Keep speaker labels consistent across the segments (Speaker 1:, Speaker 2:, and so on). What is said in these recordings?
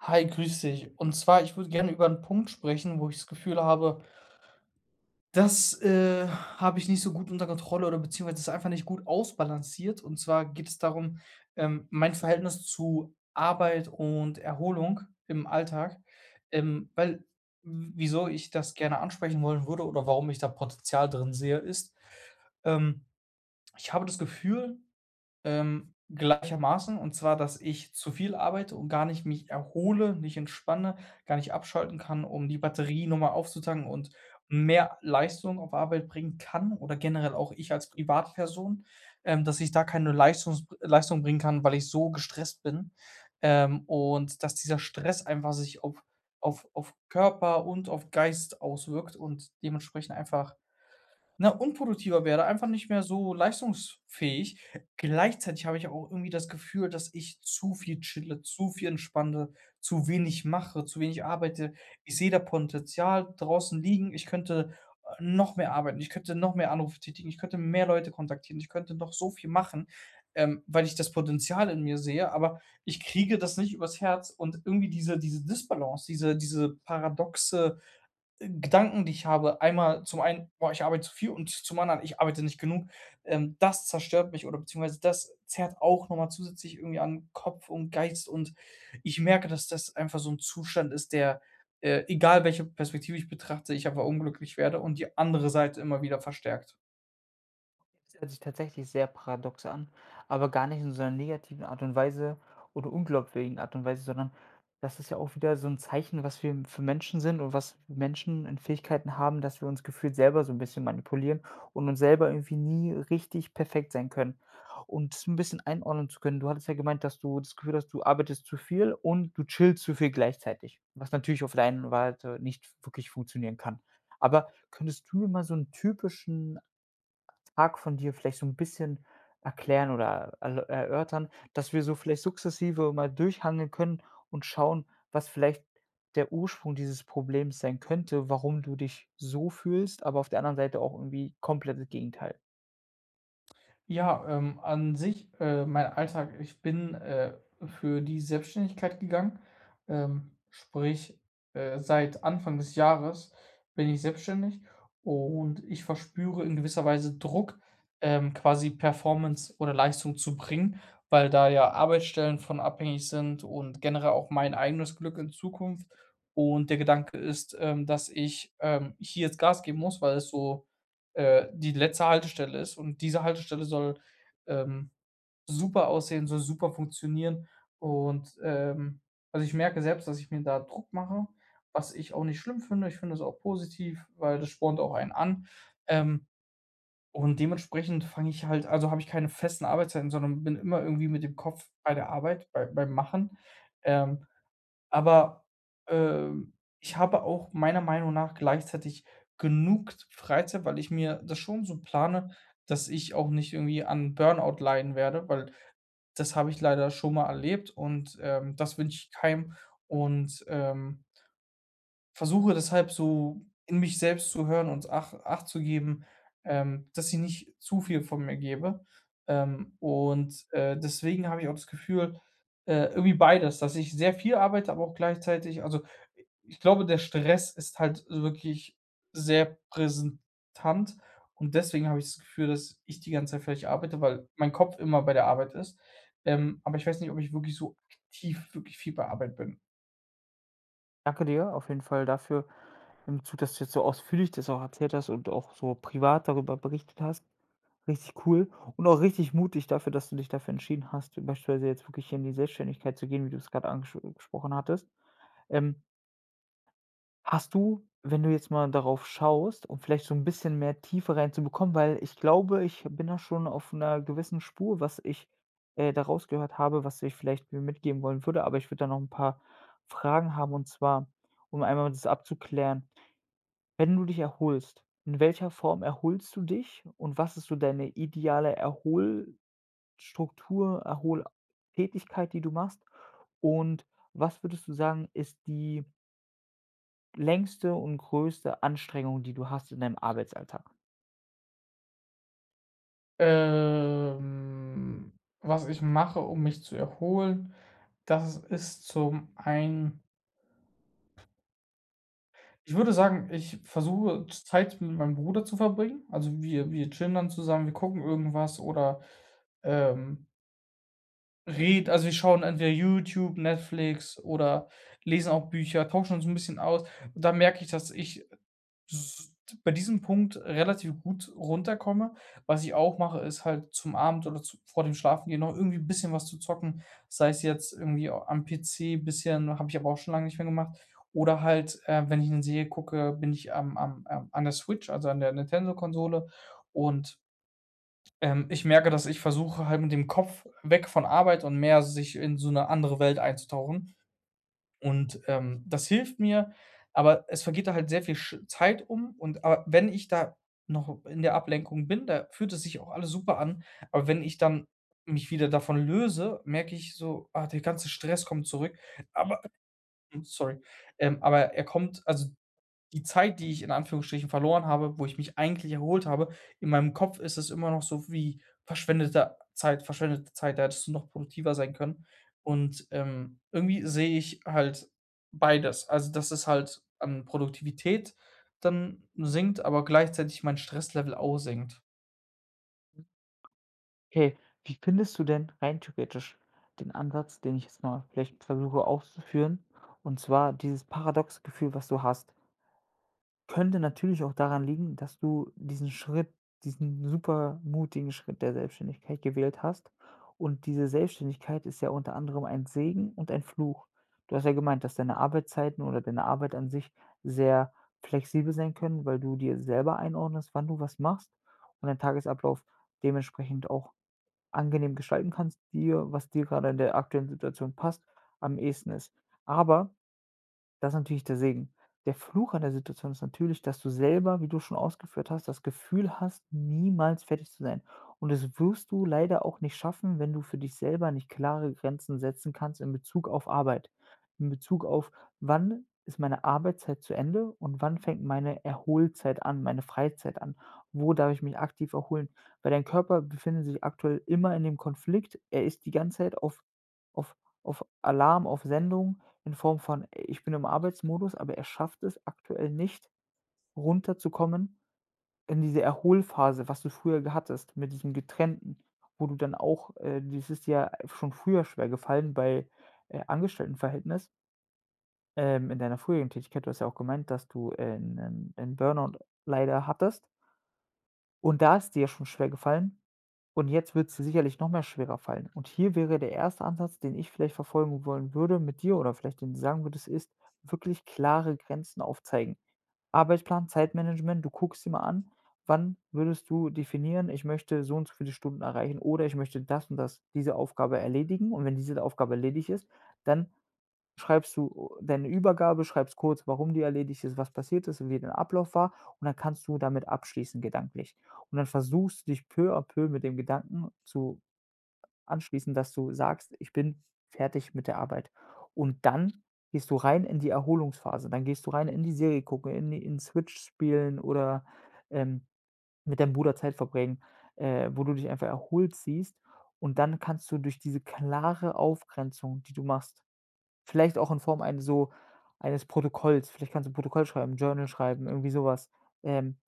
Speaker 1: Hi, grüß dich. Und zwar, ich würde gerne über einen Punkt sprechen, wo ich das Gefühl habe, habe ich nicht so gut unter Kontrolle oder beziehungsweise ist einfach nicht gut ausbalanciert. Und zwar geht es darum, mein Verhältnis zu Arbeit und Erholung im Alltag. Weil w wieso ich das gerne ansprechen wollen würde oder warum ich da Potenzial drin sehe, ist, ähm, ich habe das Gefühl gleichermaßen, und zwar, dass ich zu viel arbeite und gar nicht mich erhole, nicht entspanne, gar nicht abschalten kann, um die Batterie nochmal mal aufzutanken und mehr Leistung auf Arbeit bringen kann oder generell auch ich als Privatperson, dass ich da keine Leistung bringen kann, weil ich so gestresst bin. Und dass dieser Stress einfach sich auf auf Körper und auf Geist auswirkt und dementsprechend einfach, ne, unproduktiver werde, einfach nicht mehr so leistungsfähig. Gleichzeitig habe ich auch irgendwie das Gefühl, dass ich zu viel chille, zu viel entspanne, zu wenig mache, zu wenig arbeite. Ich sehe da Potenzial draußen liegen. Ich könnte noch mehr arbeiten. Ich könnte noch mehr Anrufe tätigen. Ich könnte mehr Leute kontaktieren. Ich könnte noch so viel machen, weil ich das Potenzial in mir sehe, aber ich kriege das nicht übers Herz, und irgendwie diese Disbalance, diese paradoxe Gedanken, die ich habe, einmal zum einen: „Boah, ich arbeite zu viel“ und zum anderen: „Ich arbeite nicht genug.“ Das zerstört mich oder beziehungsweise das zerrt auch nochmal zusätzlich irgendwie an Kopf und Geist, und ich merke, dass das einfach so ein Zustand ist, der, egal welche Perspektive ich betrachte, ich einfach unglücklich werde und die andere Seite immer wieder verstärkt.
Speaker 2: Das hört sich tatsächlich sehr paradox an, aber gar nicht in so einer negativen Art und Weise oder unglaubwürdigen Art und Weise, sondern das ist ja auch wieder so ein Zeichen, was wir für Menschen sind und was Menschen in Fähigkeiten haben, dass wir uns gefühlt selber so ein bisschen manipulieren und uns selber irgendwie nie richtig perfekt sein können. Um's ein bisschen einordnen zu können: Du hattest ja gemeint, dass du das Gefühl hast, du arbeitest zu viel und du chillst zu viel gleichzeitig, was natürlich auf der einen Seite nicht wirklich funktionieren kann. Aber könntest du mir mal so einen typischen Tag von dir vielleicht so ein bisschen erklären oder erl erörtern, dass wir so vielleicht sukzessive mal durchhangeln können und schauen, was vielleicht der Ursprung dieses Problems sein könnte, warum du dich so fühlst, aber auf der anderen Seite auch irgendwie komplettes Gegenteil.
Speaker 1: Ja, an sich, mein Alltag, ich bin für die Selbstständigkeit gegangen. Sprich, seit Anfang des Jahres bin ich selbstständig, und ich verspüre in gewisser Weise Druck, quasi Performance oder Leistung zu bringen, weil da ja Arbeitsstellen von abhängig sind und generell auch mein eigenes Glück in Zukunft. Und der Gedanke ist, dass ich hier jetzt Gas geben muss, weil es so die letzte Haltestelle ist. Und diese Haltestelle soll, ähm, super aussehen, soll super funktionieren. Und, ähm also, ich merke selbst, dass ich mir da Druck mache, was ich auch nicht schlimm finde. Ich finde es auch positiv, weil das spornt auch einen an. Ähm, und dementsprechend fange ich halt, also, habe ich keine festen Arbeitszeiten, sondern bin immer irgendwie mit dem Kopf bei der Arbeit, bei beim Machen. Ähm, aber, ähm, ich habe auch meiner Meinung nach gleichzeitig genug Freizeit, weil ich mir das schon so plane, dass ich auch nicht irgendwie an Burnout leiden werde, weil das habe ich leider schon mal erlebt, und das wünsche ich keinem, und versuche deshalb so in mich selbst zu hören und Acht zu geben, dass ich nicht zu viel von mir gebe. Und deswegen habe ich auch das Gefühl, irgendwie beides, dass ich sehr viel arbeite, aber auch gleichzeitig, also, ich glaube, der Stress ist halt wirklich sehr präsentant, und deswegen habe ich das Gefühl, dass ich die ganze Zeit vielleicht arbeite, weil mein Kopf immer bei der Arbeit ist. Aber ich weiß nicht, ob ich wirklich so aktiv wirklich viel bei Arbeit bin.
Speaker 2: Danke dir auf jeden Fall dafür, im Zug, dass du jetzt so ausführlich das auch erzählt hast und auch so privat darüber berichtet hast. Richtig cool und auch richtig mutig dafür, dass du dich dafür entschieden hast, beispielsweise jetzt wirklich in die Selbstständigkeit zu gehen, wie du es gerade angesprochen hattest. Ähm Hast du, wenn du jetzt mal darauf schaust, um vielleicht so ein bisschen mehr Tiefe reinzubekommen, weil ich glaube, ich bin da schon auf einer gewissen Spur, was ich, da rausgehört habe, was ich vielleicht mir mitgeben wollen würde, aber ich würde da noch ein paar Fragen haben, und zwar, um einmal das abzuklären: Wenn du dich erholst, in welcher Form erholst du dich und was ist so deine ideale Erholstruktur, Erholtätigkeit, die du machst? Und was würdest du sagen, ist die längste und größte Anstrengung, die du hast in deinem Arbeitsalltag?
Speaker 1: Ähm, Was ich mache, um mich zu erholen, das ist zum einen, ich würde sagen, ich versuche Zeit mit meinem Bruder zu verbringen. Also, wir chillen dann zusammen, wir gucken irgendwas, oder, ähm Red also wir schauen entweder YouTube, Netflix oder lesen auch Bücher, tauschen uns ein bisschen aus. Und da merke ich, dass ich s bei diesem Punkt relativ gut runterkomme. Was ich auch mache, ist halt zum Abend oder zu vor dem Schlafengehen noch irgendwie ein bisschen was zu zocken, sei es jetzt irgendwie am PC bisschen, habe ich aber auch schon lange nicht mehr gemacht, oder halt wenn ich 'ne Serie gucke, bin ich am an der Switch, also an der Nintendo-Konsole, und ich merke, dass ich versuche, halt mit dem Kopf weg von Arbeit und mehr sich in so 'ne andere Welt einzutauchen. Und das hilft mir, aber es vergeht da halt sehr viel sch Zeit um, und aber wenn ich da noch in der Ablenkung bin, da fühlt es sich auch alles super an, aber wenn ich dann mich wieder davon löse, merke ich so: „Ah, der ganze Stress kommt zurück.“ Aber sorry, aber er kommt, also die Zeit, die ich in Anführungsstrichen verloren habe, wo ich mich eigentlich erholt habe, in meinem Kopf ist es immer noch so wie verschwendete Zeit, verschwendete Zeit, da hättest du noch produktiver sein können. Und irgendwie sehe ich halt beides. Also, dass es halt an Produktivität dann sinkt, aber gleichzeitig mein Stresslevel auch sinkt.
Speaker 2: Okay, wie findest du denn rein theoretisch den Ansatz, den ich jetzt mal vielleicht versuche auszuführen, und zwar dieses paradoxe Gefühl, was du hast? Könnte natürlich auch daran liegen, dass du diesen Schritt, diesen super mutigen Schritt der Selbstständigkeit gewählt hast. Und diese Selbstständigkeit ist ja unter anderem ein Segen und ein Fluch. Du hast ja gemeint, dass deine Arbeitszeiten oder deine Arbeit an sich sehr flexibel sein können, weil du dir selber einordnest, wann du was machst und deinen Tagesablauf dementsprechend auch angenehm gestalten kannst, dir, was dir gerade in der aktuellen Situation passt, am ehesten ist. Aber das ist natürlich der Segen. Der Fluch an der Situation ist natürlich, dass du selber, wie du schon ausgeführt hast, das Gefühl hast, niemals fertig zu sein. Und das wirst du leider auch nicht schaffen, wenn du für dich selber nicht klare Grenzen setzen kannst in Bezug auf Arbeit, in Bezug auf, wann ist meine Arbeitszeit zu Ende und wann fängt meine Erholzeit an, meine Freizeit an? Wo darf ich mich aktiv erholen? Weil dein Körper befindet sich aktuell immer in dem Konflikt. Er ist die ganze Zeit auf, auf, auf Alarm, auf Sendung in Form von: Ich bin im Arbeitsmodus, aber er schafft es aktuell nicht, runterzukommen in diese Erholphase, was du früher ge hattest mit diesem Getrennten, wo du dann auch das ist dir schon früher schwergefallen bei, Angestelltenverhältnis, in deiner früheren Tätigkeit. Du hast ja auch gemeint, dass du, 'nen Burnout leider hattest. Und da ist dir ja schon schwer gefallen und jetzt wird es dir sicherlich noch mehr schwerer fallen. Und hier wäre der erste Ansatz, den ich vielleicht verfolgen wollen würde mit dir oder vielleicht den du sagen würdest, ist wirklich klare Grenzen aufzeigen. Arbeitsplan, Zeitmanagement, du guckst dir mal an, wann würdest du definieren, ich möchte so und so viele Stunden erreichen oder ich möchte das und das, diese Aufgabe erledigen. Und wenn diese Aufgabe erledigt ist, dann schreibst du deine Übergabe, schreibst kurz, warum die erledigt ist, was passiert ist, wie der Ablauf war, und dann kannst du damit abschließen gedanklich. Und dann versuchst du dich peu à peu mit dem Gedanken zu anschließen, dass du sagst: „Ich bin fertig mit der Arbeit.“ Und dann gehst du rein in die Erholungsphase. Dann gehst du rein in die Serie gucken, in die in Switch spielen oder, ähm, mit deinem Bruder Zeit verbringen, wo du dich einfach erholt siehst, und dann kannst du durch diese klare Aufgrenzung, die du machst, vielleicht auch in Form eines so eines Protokolls. Vielleicht kannst du 'n Protokoll schreiben, Journal schreiben, irgendwie so was. Ähm,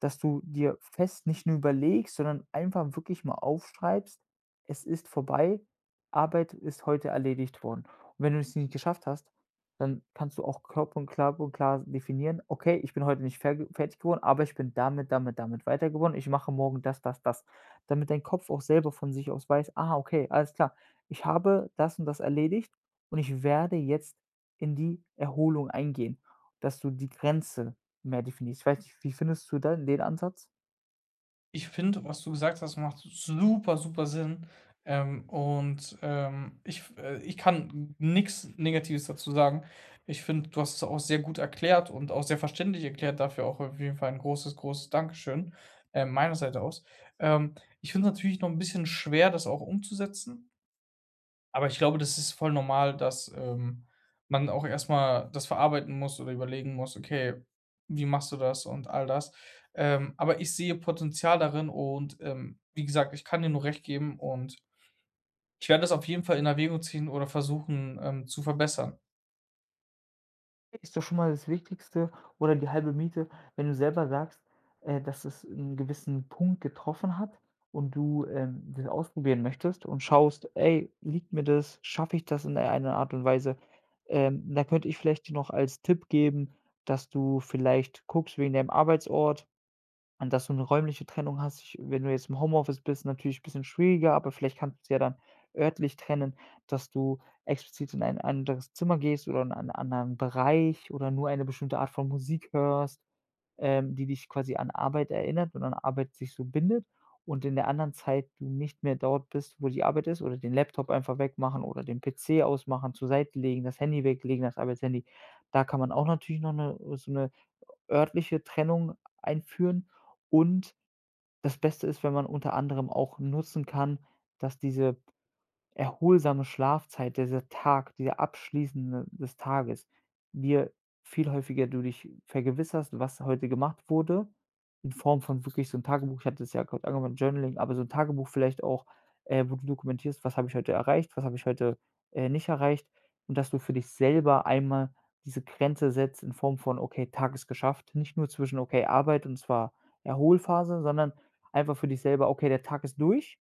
Speaker 2: Dass du dir fest nicht nur überlegst, sondern einfach wirklich mal aufschreibst: „Es ist vorbei, Arbeit ist heute erledigt worden.“ Und wenn du es nicht geschafft hast, dann kannst du auch klipp und klar definieren: „Okay, ich bin heute nicht ferg fertig geworden, aber ich bin damit, damit, damit weiter geworden. Ich mache morgen das, das, das.“ Damit dein Kopf auch selber von sich aus weiß: „Ah, okay, alles klar. Ich habe das und das erledigt und ich werde jetzt in die Erholung eingehen.“ Dass du die Grenze mehr definiert. Ich weiß nicht, wie findest du dann den Ansatz?
Speaker 1: Ich finde, was du gesagt hast, macht super, super Sinn. Und ich kann nichts Negatives dazu sagen. Ich finde, du hast es auch sehr gut erklärt und auch sehr verständlich erklärt. Dafür auch auf jeden Fall ein großes, großes Dankeschön meiner Seite aus. Ähm, Ich finde es natürlich noch ein bisschen schwer, das auch umzusetzen. Aber ich glaube, das ist voll normal, dass man auch erstmal das verarbeiten muss oder überlegen muss: „Okay, wie machst du das?“ und all das. Aber ich sehe Potenzial darin, und wie gesagt, ich kann dir nur recht geben, und ich werde das auf jeden Fall in Erwägung ziehen oder versuchen zu verbessern.
Speaker 2: Ist doch schon mal das Wichtigste oder die halbe Miete, wenn du selber sagst, dass es 'n gewissen Punkt getroffen hat und du, das ausprobieren möchtest und schaust: „Ey, liegt mir das? Schaffe ich das in irgendeiner Art und Weise?“ Da könnte ich vielleicht dir noch als Tipp geben, dass du vielleicht guckst wegen deinem Arbeitsort, und dass du 'ne räumliche Trennung hast. Ich, wenn du jetzt im Homeoffice bist, natürlich bisschen schwieriger, aber vielleicht kannst du's ja dann örtlich trennen, dass du explizit in ein anderes Zimmer gehst oder in einen anderen Bereich oder nur eine bestimmte Art von Musik hörst, die dich quasi an Arbeit erinnert und an Arbeit sich so bindet, und in der anderen Zeit du nicht mehr dort bist, wo die Arbeit ist, oder den Laptop einfach wegmachen oder den PC ausmachen, zur Seite legen, das Handy weglegen, das Arbeitshandy. Da kann man auch natürlich noch 'ne so 'ne örtliche Trennung einführen, und das Beste ist, wenn man unter anderem auch nutzen kann, dass diese erholsame Schlafzeit, dieser Tag, dieser abschließende des Tages, dir viel häufiger du dich vergewisserst, was heute gemacht wurde, in Form von wirklich so 'n Tagebuch. Ich hatte es ja kurz angewandt, Journaling, aber so 'n Tagebuch vielleicht auch, wo du dokumentierst: „Was habe ich heute erreicht? Was habe ich heute, nicht erreicht?“ Und dass du für dich selber einmal diese Grenze setzt in Form von: „Okay, Tag ist geschafft.“ Nicht nur zwischen: „Okay, Arbeit und zwar Erholphase“, sondern einfach für dich selber: „Okay, der Tag ist durch.“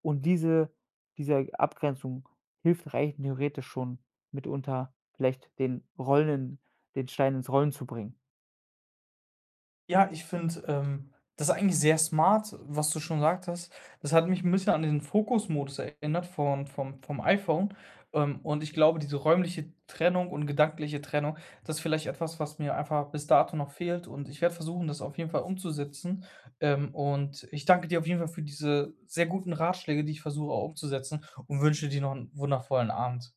Speaker 2: Und diese diese Abgrenzung hilft rein theoretisch schon mitunter vielleicht den Rollen den Stein ins Rollen zu bringen.
Speaker 1: Ja, ich finde, das ist eigentlich sehr smart, was du schon gesagt hast. Das hat mich ein bisschen an den Fokusmodus erinnert von vom iPhone. Und ich glaube, diese räumliche Trennung und gedankliche Trennung, das ist vielleicht etwas, was mir einfach bis dato noch fehlt, und ich werde versuchen, das auf jeden Fall umzusetzen. Und ich danke dir auf jeden Fall für diese sehr guten Ratschläge, die ich versuche auch umzusetzen, und wünsche dir noch einen wundervollen Abend.